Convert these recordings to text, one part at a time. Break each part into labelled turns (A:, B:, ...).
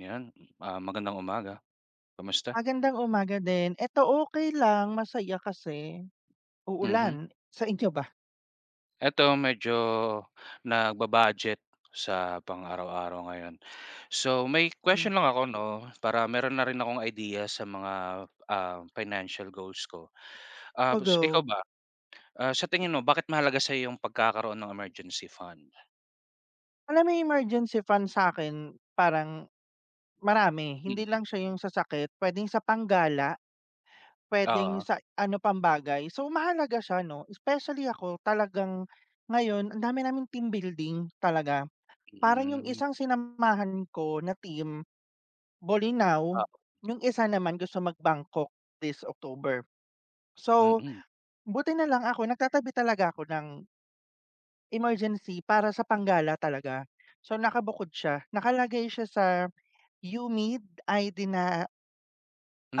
A: 'Yan, magandang umaga, kamusta?
B: Magandang umaga din. Eto okey lang, masaya kasi. Uulan,
A: Mhm,
B: sa inyo ba?
A: eto medyo nagba-budget sa pang-araw-araw ngayon. So, may
B: Hmm.
A: question lang ako 'no, para meron na rin akong idea sa mga, financial goals ko. Ah, ikaw
B: Ogo.
A: ba, sa tingin mo bakit mahalaga sa yung pagkakaroon ng emergency fund?
B: Alam mo yung emergency fund sa'kin, parang marami, hindi lang
A: Mm.
B: siya yung sa sakit, puwedeng sa panggala, puwedeng
A: Oo.
B: sa ano pang bagay. So mahalaga siya 'no, especially ako, talagang ngayon ang dami naming team building talaga. Parang yung
A: Hmm.
B: isang sinamahan ko na team, Bolinao,
A: Oo.
B: yung isa naman gusto mag-Bangkok this October. So
A: Mm.
B: buti na lang ako nagtatabi, talaga ako ng emergency para sa panggala talaga. So nakabukod siya, nakalagay siya sa UMID ID na,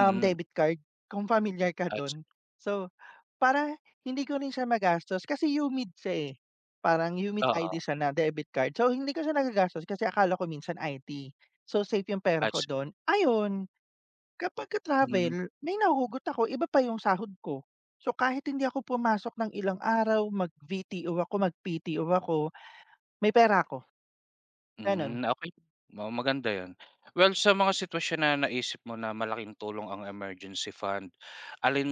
B: debit card, kung pamilyar ka
A: I see.
B: dun. So para hindi ko rin siya magastos kasi UMID siya, eh, parang UMID
A: Oo.
B: ID siya na debit card. So hindi ko siya nagagastos kasi akala ko minsan IT. So safe yung pera
A: I
B: ko
A: see.
B: dun, ayun. Kapagka
A: Hmm.
B: travel, may nahuhugot ako, iba pa yung sahod ko. So kahit hindi ako pumasok ng ilang araw, mag-VTO ako, mag-PTO ako, may pera ako, gano'n,
A: Hmm. Okay. Maganda 'yun. Well, sa mga sitwasyon na naisip mo na malaking tulong ang emergency fund, alin,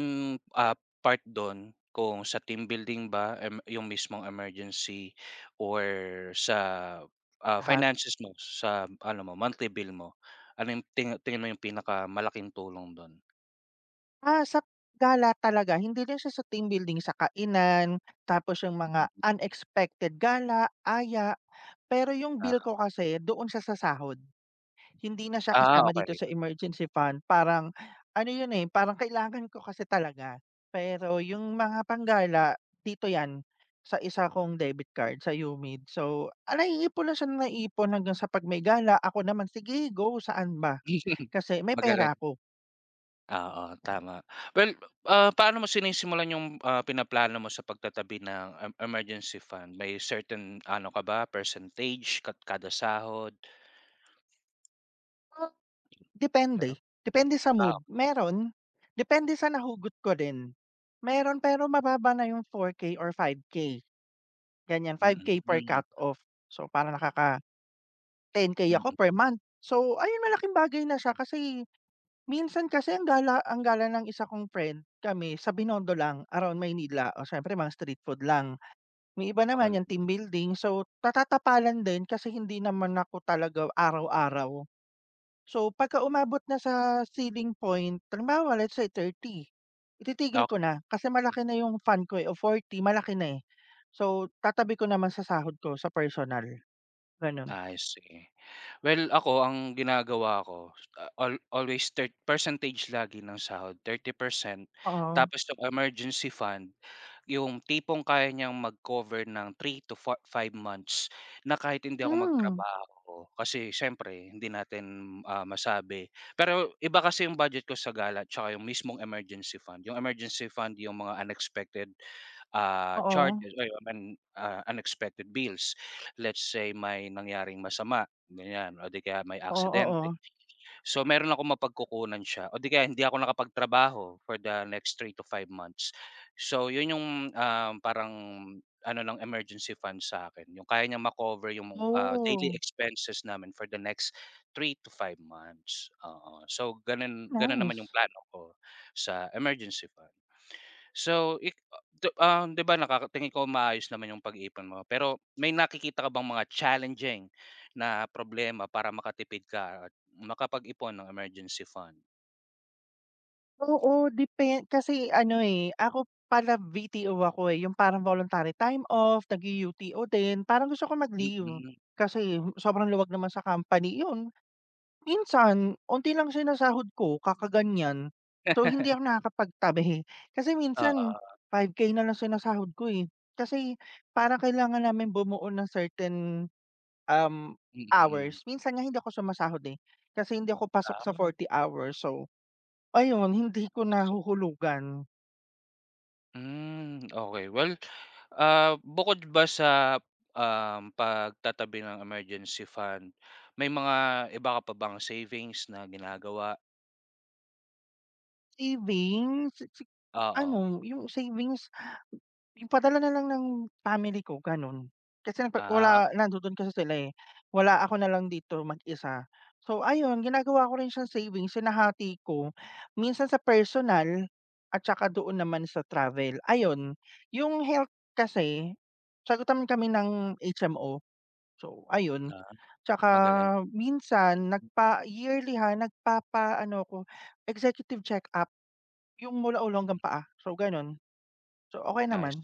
A: part dun kung sa team building ba, yung mismong emergency or sa,
B: lahat.
A: finances mo, sa ano mo, monthly bill mo? Ano yung tingin mo yung pinakamalaking tulong dun?
B: Ah, sa gala talaga, hindi lang siya sa team building, sa kainan, tapos yung mga
A: Mm.
B: unexpected gala, aya, pero yung
A: Ah,
B: bill ko kasi doon siya sa sahod. Hindi na siya
A: ah,
B: kasama dito
A: okay.
B: sa emergency fund, parang ano yun, eh, parang kailangan ko kasi talaga. Pero yung mga panggala dito yan sa isa kong debit card sa UMID. So, ah, naiipon na siya ng naipon hanggang sa 'pag may gala ako naman, "Sige, go, saan ba?" Kasi may
A: Magaling.
B: pera ako.
A: Oo, tama. Well, paano mo sinisimulan yung, pinaplano mo sa pagtatabi ng emergency fund? May certain ano ka ba, percentage kada sahod?
B: Depende,
A: Hello?
B: depende sa
A: Ah.
B: mood, meron. Depende sa nahugot ko rin, meron, pero mababa na yung 4K or 5K ganyan,
A: Mm.
B: 5K
A: Mm.
B: per
A: Mm.
B: cut off. So parang nakaka 10K
A: Mm.
B: ako per month. So ayun, malaking bagay na siya kasi minsan kasi ang gala ng isa kong friend, kami sa Binondo lang, around Maynila o siyempre mga street food lang. May iba
A: Magal
B: naman yung team building, so tatatapalan din kasi hindi naman ako talaga araw-araw. So pagka umabot na sa ceiling point, halimbawa let's say 30, ititigil ko
A: Okey,
B: na kasi malaki na yung fund ko, eh, o 40, malaki na, eh. So tatabi ko naman sa sahod ko, sa personal, gano'n.
A: ayos, sige. Well, ako ang ginagawa ko, ah, al always percentage lagi ng sahod, 30%.
B: Oo.
A: Tapos yung emergency fund. Yung tipong kaya niyang mag-cover ng three to 5 months na kahit hindi ako
B: Hmm,
A: magtrabaho kasi siyempre hindi natin, masabi. Pero iba kasi yung budget ko sa gala tsaka yung mismong emergency fund. Yung emergency fund yung mga unexpected,
B: oo.
A: charges ay I mean, unexpected bills. Let's say may nangyaring masama, ganyan o di kaya may
B: Oo, oo.
A: aksidente. So, meron ako mapagkukunan siya o di kaya hindi ako nakapagtrabaho for the next 3 to 5 months. So, 'yun yung, parang ano ng emergency fund sa akin yung kaya niya makover yung, daily
B: Oh,
A: expenses namin for the next 3 to 5 months, oo. So, gano'n gano'n naman yung
B: nice.
A: plano ko sa emergency fund. So, ik 'di ba nakaka ko maayos naman yung pag-iipon mo, pero may nakikita ka bang mga challenging na problema para makatipid ka at makapag-ipon ng emergency fund?
B: Oo, depend kasi ano, eh, ako pala VTO ako, eh, yung parang voluntary time off, nag-u-UTO din. Parang gusto ko mag-leave
A: Mm.
B: kasi sobrang luwag naman sa company. Yun, minsan onti lang sinasahod ko kakaganyan. So hindi ako nakakapagtabi. Kasi minsan
A: Oo,
B: 5K na lang sinasahod ko, eh. Kasi parang kailangan namin bumuo ng certain, Um,
A: mm.
B: hours. Minsan nga hindi ako sumasahod, eh, kasi hindi ako pasok sa
A: Ah,
B: 40 hours. So ayun, hindi ko
A: so.
B: nahuhulugan.
A: Hmm. Okay. Well, bukod ba sa, pagtatabi ng emergency fund, may mga iba ka pa bang savings na ginagawa?
B: Savings, si
A: Oo.
B: ano, yung savings, yung padala na lang ng family ko, gano'n. Kasi nagpa
A: Ah,
B: wala, nandodo'n kasi sila, eh, wala ako na lang dito mag-isa. So ayun, ginagawa ko rin siyang savings, hinahati ko, minsan sa personal at saka doon naman sa travel. Ayun, yung health kasi sagutan kami ng HMO, so ayun.
A: ah,
B: Tsaka
A: magaling.
B: minsan nagpa yearly, ha, nagpapa ano ako, executive check-up. Yung mula ulo hanggang paa, so gano'n. So okey naman.
A: Nice.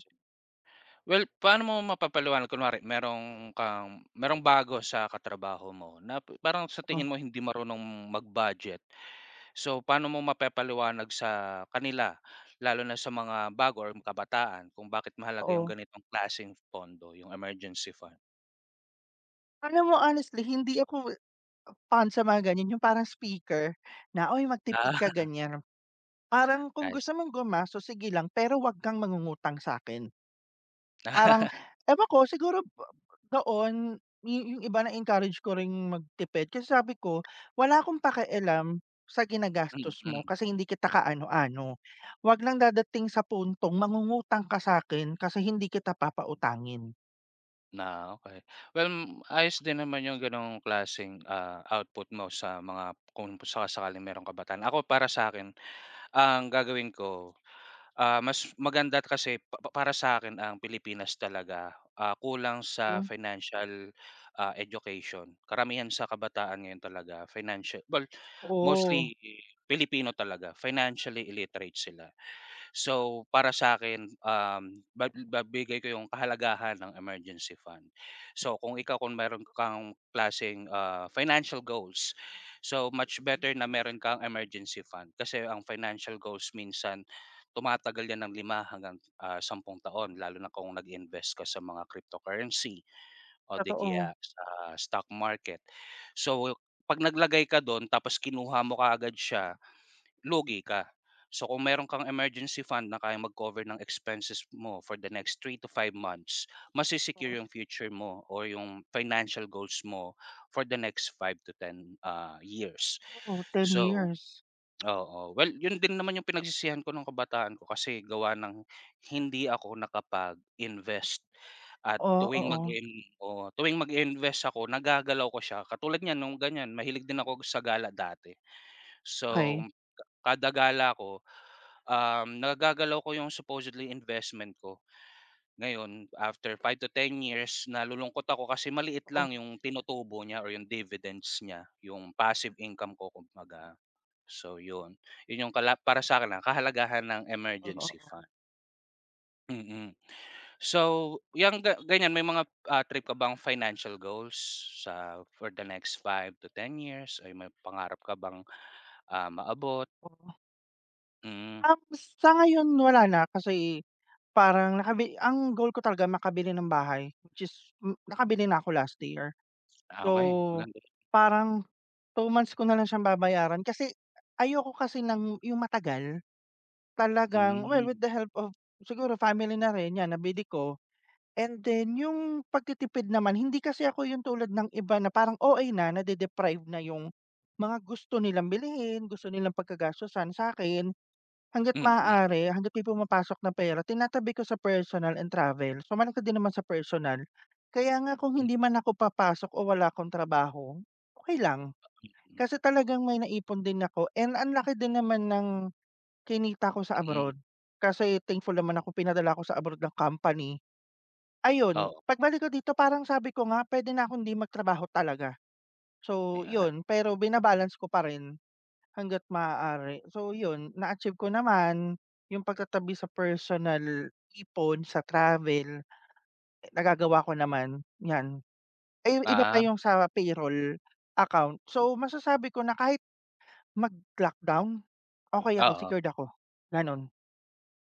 A: Well, paano mo mapapaliwanag kunwari merong kang merong bago sa katrabaho mo na parang sa
B: Oo,
A: tingin mo hindi marunong mag-budget. So, paano mo mapapaliwanag sa kanila lalo na sa mga bago or kabataan kung bakit mahalaga yung
B: oo.
A: ganitong klaseng pondo, yung emergency fund?
B: Alam mo, honestly hindi ako fan sa mga ganyan, yung parang speaker na, "Uy, magtipid ka,"
A: Ah,
B: ganyan. Parang kung gusto
A: nice.
B: mong gumastos, sige lang, pero 'wag kang mangungutang sa'kin. Parang ewan ko, siguro ba doon yung iba na-encourage ko ring magtipid kasi sabi ko, wala akong pakialam sa
A: Mm.
B: ginagastos mo
A: Mm.
B: kasi hindi kita kaano-ano. Wag lang dadating sa puntong mangungutang ka sa'kin kasi hindi kita papautangin.
A: Na, okay. Well, ayos din naman yung gano'ng klaseng, output mo sa mga kung sakasakaling merong kabataan. Ako para sa akin, ang gagawin ko. Mas maganda kasi pa para sa'kin ang Pilipinas talaga, kulang sa
B: Hmm,
A: financial, education. Karamihan sa kabataan ngayon talaga financial, well,
B: oo,
A: mostly eh, Pilipino talaga, financially illiterate sila. So, para sa'kin, um, ba babigay ko yung kahalagahan ng emergency fund. So, kung ikaw kung meron kang klaseng, financial goals, so much better na meron kang emergency fund. Kasi ang financial goals minsan tumatagal yan ng lima hanggang, 10 taon lalo na kung nag-invest ka sa mga cryptocurrency o di
B: totoo.
A: kaya sa stock market. So, 'pag naglagay ka dun tapos kinuha mo kaagad siya, lugi ka. So kung meron kang emergency fund na kaya mag-cover ng expenses mo for the next 3 to 5 months, yung future mo or yung financial goals mo for the next five to ten years.
B: Oo, ten
A: So
B: years.
A: oo, well yun din naman yung pinagsisihan ko nung kabataan ko kasi gawa ng hindi ako nakapag-invest at
B: Oh,
A: tuwing
B: oo,
A: tuwing mag-iinvest ako nagagalaw ko siya. Katulad niyan nung ganyan mahilig din ako sa gala dati. So
B: okey.
A: kada gala ko, nagagalaw ko yung supposedly investment ko. Ngayon, after 5 to 10 years, nalulungkot ako kasi maliit
B: Oo,
A: lang yung tinutubo niya or yung dividends niya, yung passive income ko kumbaga. So yun, yun yung para sa akin kahalagahan ng
B: oo,
A: emergency
B: oo.
A: fund, mm. So yung ganyan may mga, trip ka bang financial goals sa for the next five to ten years? Ay may pangarap ka bang, maabot? Mm.
B: Sa ngayon wala na kasi parang nakabi ang goal ko talaga makabili ng bahay, which is nakabili na ako last year.
A: Ah.
B: So
A: Okey.
B: parang 2 months ko na lang siyang babayaran kasi ayoko kasi ng yung matagal. Talagang well, with
A: Hmm.
B: the help of siguro family na rin, 'yan, nabili ko. And then yung pagtitipid naman, hindi kasi ako yung tulad ng iba na parang OA na, nade-deprive na yung mga gusto nilang bilhin, gusto nilang pagkagastusan. Sa akin, hangga't
A: Mm.
B: maaari, hangga't may pumapasok na pera, tinatabi ko sa personal and travel. So malaki din naman sa personal. Kaya nga kung
A: Mm.
B: hindi man ako papasok o wala akong trabaho, okey lang. Kasi talagang may naipon din ako, and ang laki din naman ng kinita ko sa
A: Mm.
B: abroad. Kasi thankful naman ako, pinadala ako sa abroad ng company. Ayun,
A: Oo,
B: pagbalik ko dito, parang sabi ko nga, puwede na akong 'di magtrabaho talaga. So
A: ayan,
B: yun, pero bina-balance ko pa rin. Hangga't maaari. So yun, na-achieve ko naman yung pagtatabi sa personal ipon, sa travel, nagagawa ko naman, 'yan. Ay, iba pa
A: ah,
B: yung sa payroll account. So masasabi ko na kahit mag-lockdown, okey ako,
A: oo.
B: secured ako, gano'n.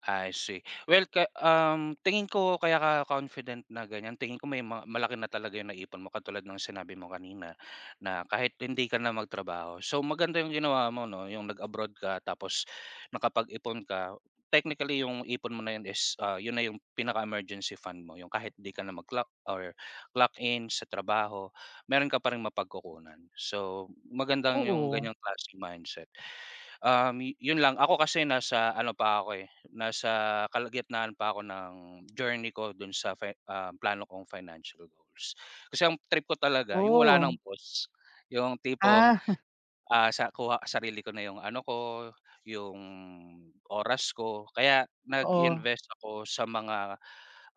A: I see. Well, tingin ko kaya ka confident na ganyan, tingin ko may malaki na talaga yung naipon mo katulad ng sinabi mo kanina, na kahit hindi ka na magtrabaho. So, maganda yung ginawa mo 'no, yung nag-abroad ka tapos nakapag-ipon ka. Technically, yung ipon mo na yun is, yun na yung pinaka-emergency fund mo, yung kahit di ka na mag-clock or clock in sa trabaho, meron ka pa ring mapagkukunan. So, magandang yung
B: Oo,
A: ganyang klaseng mindset. Yun lang ako kasi nasa ano pa ako, eh, nasa kalagitnaan pa ako ng journey ko dun sa plano kong financial goals. Kasi ang trip ko talaga yung
B: oo.
A: wala ng boss, yung tipong.
B: Ah,
A: Sa kuha sarili ko na yung ano ko, yung oras ko. Kaya
B: oo,
A: nag-invest ako sa mga,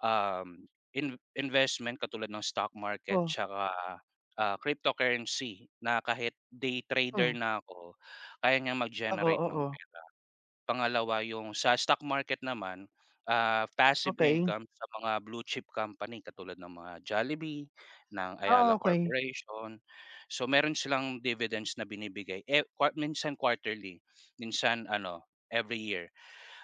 A: um, in investment katulad ng stock market
B: oo,
A: tsaka, cryptocurrency na kahit day
B: hmm,
A: trader na ako, kaya niyang
B: oo,
A: mag-generate ng
B: oo,
A: pera. Pangalawa yung sa stock market naman, passive
B: okey.
A: income sa mga blue chip company katulad ng mga Jollibee, ng
B: Ah,
A: Ayala
B: okey,
A: Corporation. So meron silang dividends na binibigay, eh, minsan quarterly, minsan ano, every year.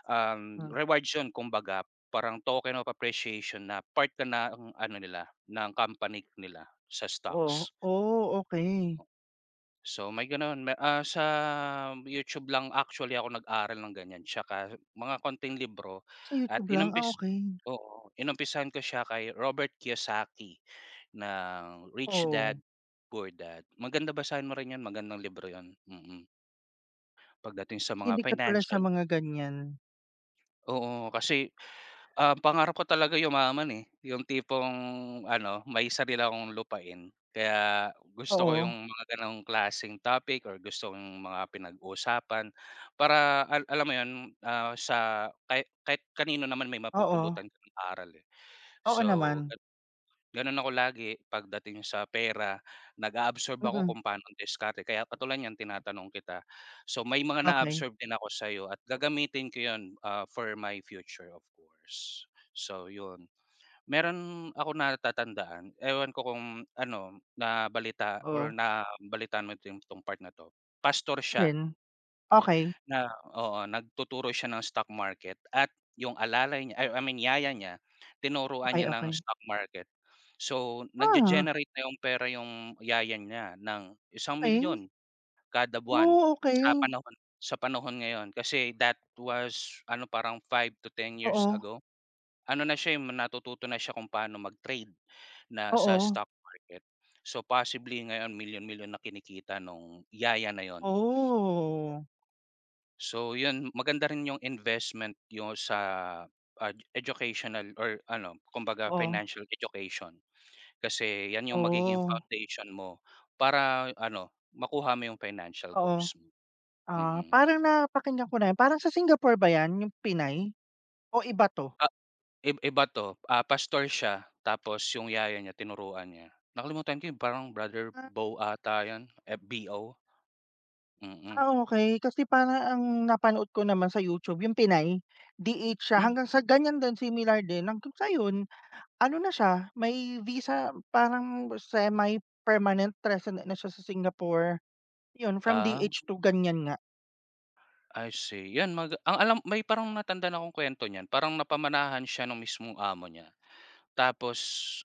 B: hmm,
A: Rewards yun kumbaga, parang token of appreciation na part ka na ng ano nila, ng company nila sa
B: oo.
A: stocks.
B: Oh, okey.
A: So, may gano'n sa YouTube lang actually ako nag-aral ng ganyan tsaka mga konting libro
B: Sa
A: at
B: YouTube lang, ah, okey,
A: oo, inumpisahan ko siya kay Robert Kiyosaki ng Rich
B: oo.
A: Dad, Poor Dad. Maganda basahin mo rin 'yun, magandang libro yon, mm. Pagdating sa mga
B: Mahilig ka pala sa
A: financial,
B: mga ganyan.
A: oo, kasi. Ah, pangarap ko talaga yumaman, eh, yung tipong ano, may sarili akong lupain. Kaya gusto ko
B: Oo,
A: yung mga gano'ng klaseng topic or gusto kong mga pinag-uusapan para alam mo 'yun, sa kahit kahit kanino naman may
B: oo,
A: mapupulutan ng aral, eh.
B: oo naman.
A: So, gano'n ako lagi pagdating sa pera, nag-a-absorb ako
B: Mm,
A: kung paano ang diskarte kaya katulad niyan tinatanong kita. So may mga
B: okey,
A: na-absorb din ako sa'yo at gagamitin ko 'yun, for my future of course. So 'yun, meron ako natatandaan, ewan ko kung ano nabalita
B: oo.
A: or nabalitaan mo din 'tong part na 'to, pastor siya.
B: Alin? Okey,
A: Na oo, nagtuturo siya ng stock market at yung alalay niya ay I mean yaya niya, tinuruan
B: okey,
A: niya ng
B: okey.
A: stock market. So,
B: Ah,
A: nagge-generate na yung pera yung yaya niya ng
B: okey.
A: 1,000,000 kada buwan
B: Oh, okey.
A: sa panahon sa panahon ngayon. Kasi that was ano, parang 5 to 10 years
B: Oo,
A: ago. Ano na siya, eh, natututo na siya kung paano mag-trade na sa
B: oo.
A: stock market. So, possibly ngayon million million na kinikita nung yaya na yun.
B: Oh,
A: So 'yun, maganda rin 'yung investment 'yung sa, educational or ano, kumbaga
B: oh,
A: financial education. Kasi 'yan 'yung magiging
B: oh,
A: foundation mo para ano, makuha mo 'yung financial
B: oo.
A: goals mo,
B: Ah,
A: mm.
B: parang napakinggan ko na yan. Parang sa Singapore ba yan, yung Pinay o iba 'to?
A: Ah, iba 'to, pastor siya tapos 'yung yaya niya tinuruan niya. Nakalimutan ko 'yung parang Brother
B: Ah,
A: Bo ata 'yun, eh, BO, mm.
B: ah, okey. Kasi parang ang napanood ko naman sa YouTube yung Pinay, DH siya
A: Hmm,
B: hanggang sa ganyan din, similar din hanggang sa yun. Ano na siya, may visa, parang semi-permanent resident na siya sa Singapore. 'Yun from dh
A: ah,
B: to ganiyan nga.
A: I see. 'Yan ang alam may parang natandaan akong kuwento niyan, parang napamanahan siya ng mismong amo niya. Tapos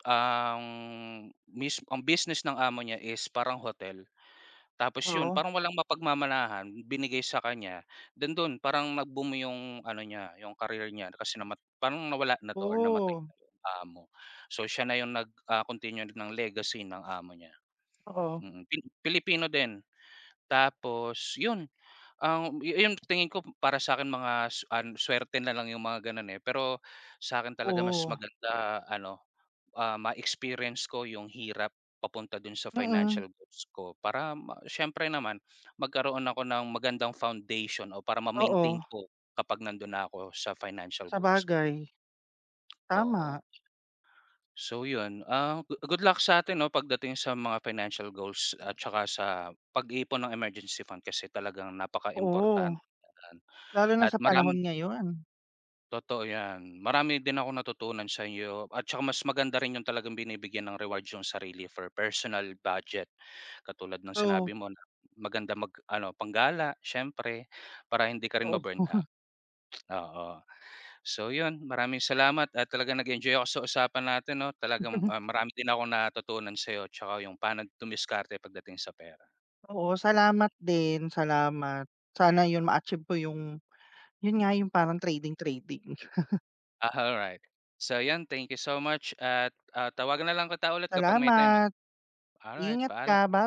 A: ang ang business ng amo niya is parang hotel. Tapos yun,
B: Oo.
A: parang walang mapagmamalahan binigay sa kanya, then dun parang nag-boom yung ano niya, yung career niya kasi nama parang nawala na 'to or namatay
B: Oo,
A: na yung amo. So siya na yung nag, continue ng legacy ng amo niya,
B: oo,
A: mm. Pilipino din. Tapos yun, ang yun tingin ko para sa'kin mga su an suwerte na lang yung mga gano'n, eh, pero sa'kin talaga mas
B: oo,
A: maganda ano, ma-experience ko yung hirap papunta dun sa
B: mm,
A: financial goals ko para siyempre naman magkaroon ako ng magandang foundation o para ma-maintain
B: oo,
A: ko kapag nandun na ako sa financial goals ko,
B: sabagay,
A: oo.
B: tama,
A: So yun, ah, go good luck sa sa'tin 'no pagdating sa mga financial goals at tsaka sa pag-iipon ng emergency fund kasi talagang
B: oo,
A: napakaimportante yan
B: lalo na
A: at
B: sa panahon
A: maraming.
B: ngayon.
A: Totoo 'yan. Marami din ako natutunan sa inyo at saka mas maganda rin yung talagang binibigyan ng reward yung sarili for personal budget. Katulad ng
B: True,
A: sinabi mo na maganda mag-ano, panggala siyempre para hindi ka rin
B: oo,
A: ma-burn out, oo. So 'yun, maraming salamat at talagang nag-enjoy ako sa usapan natin 'no. Talagang, marami din akong natutunan sa'yo tsaka yung paano tumiskarte pagdating sa pera.
B: oo, salamat din, salamat. Sana 'yun ma-achieve ko yung 'yun nga yung parang trading-trading.
A: All right. So 'yan, thank you so much at, tawagan na lang kita ulit kapag may time.
B: Salamat,
A: All right.
B: ingat ka,
A: Paalam.
B: ba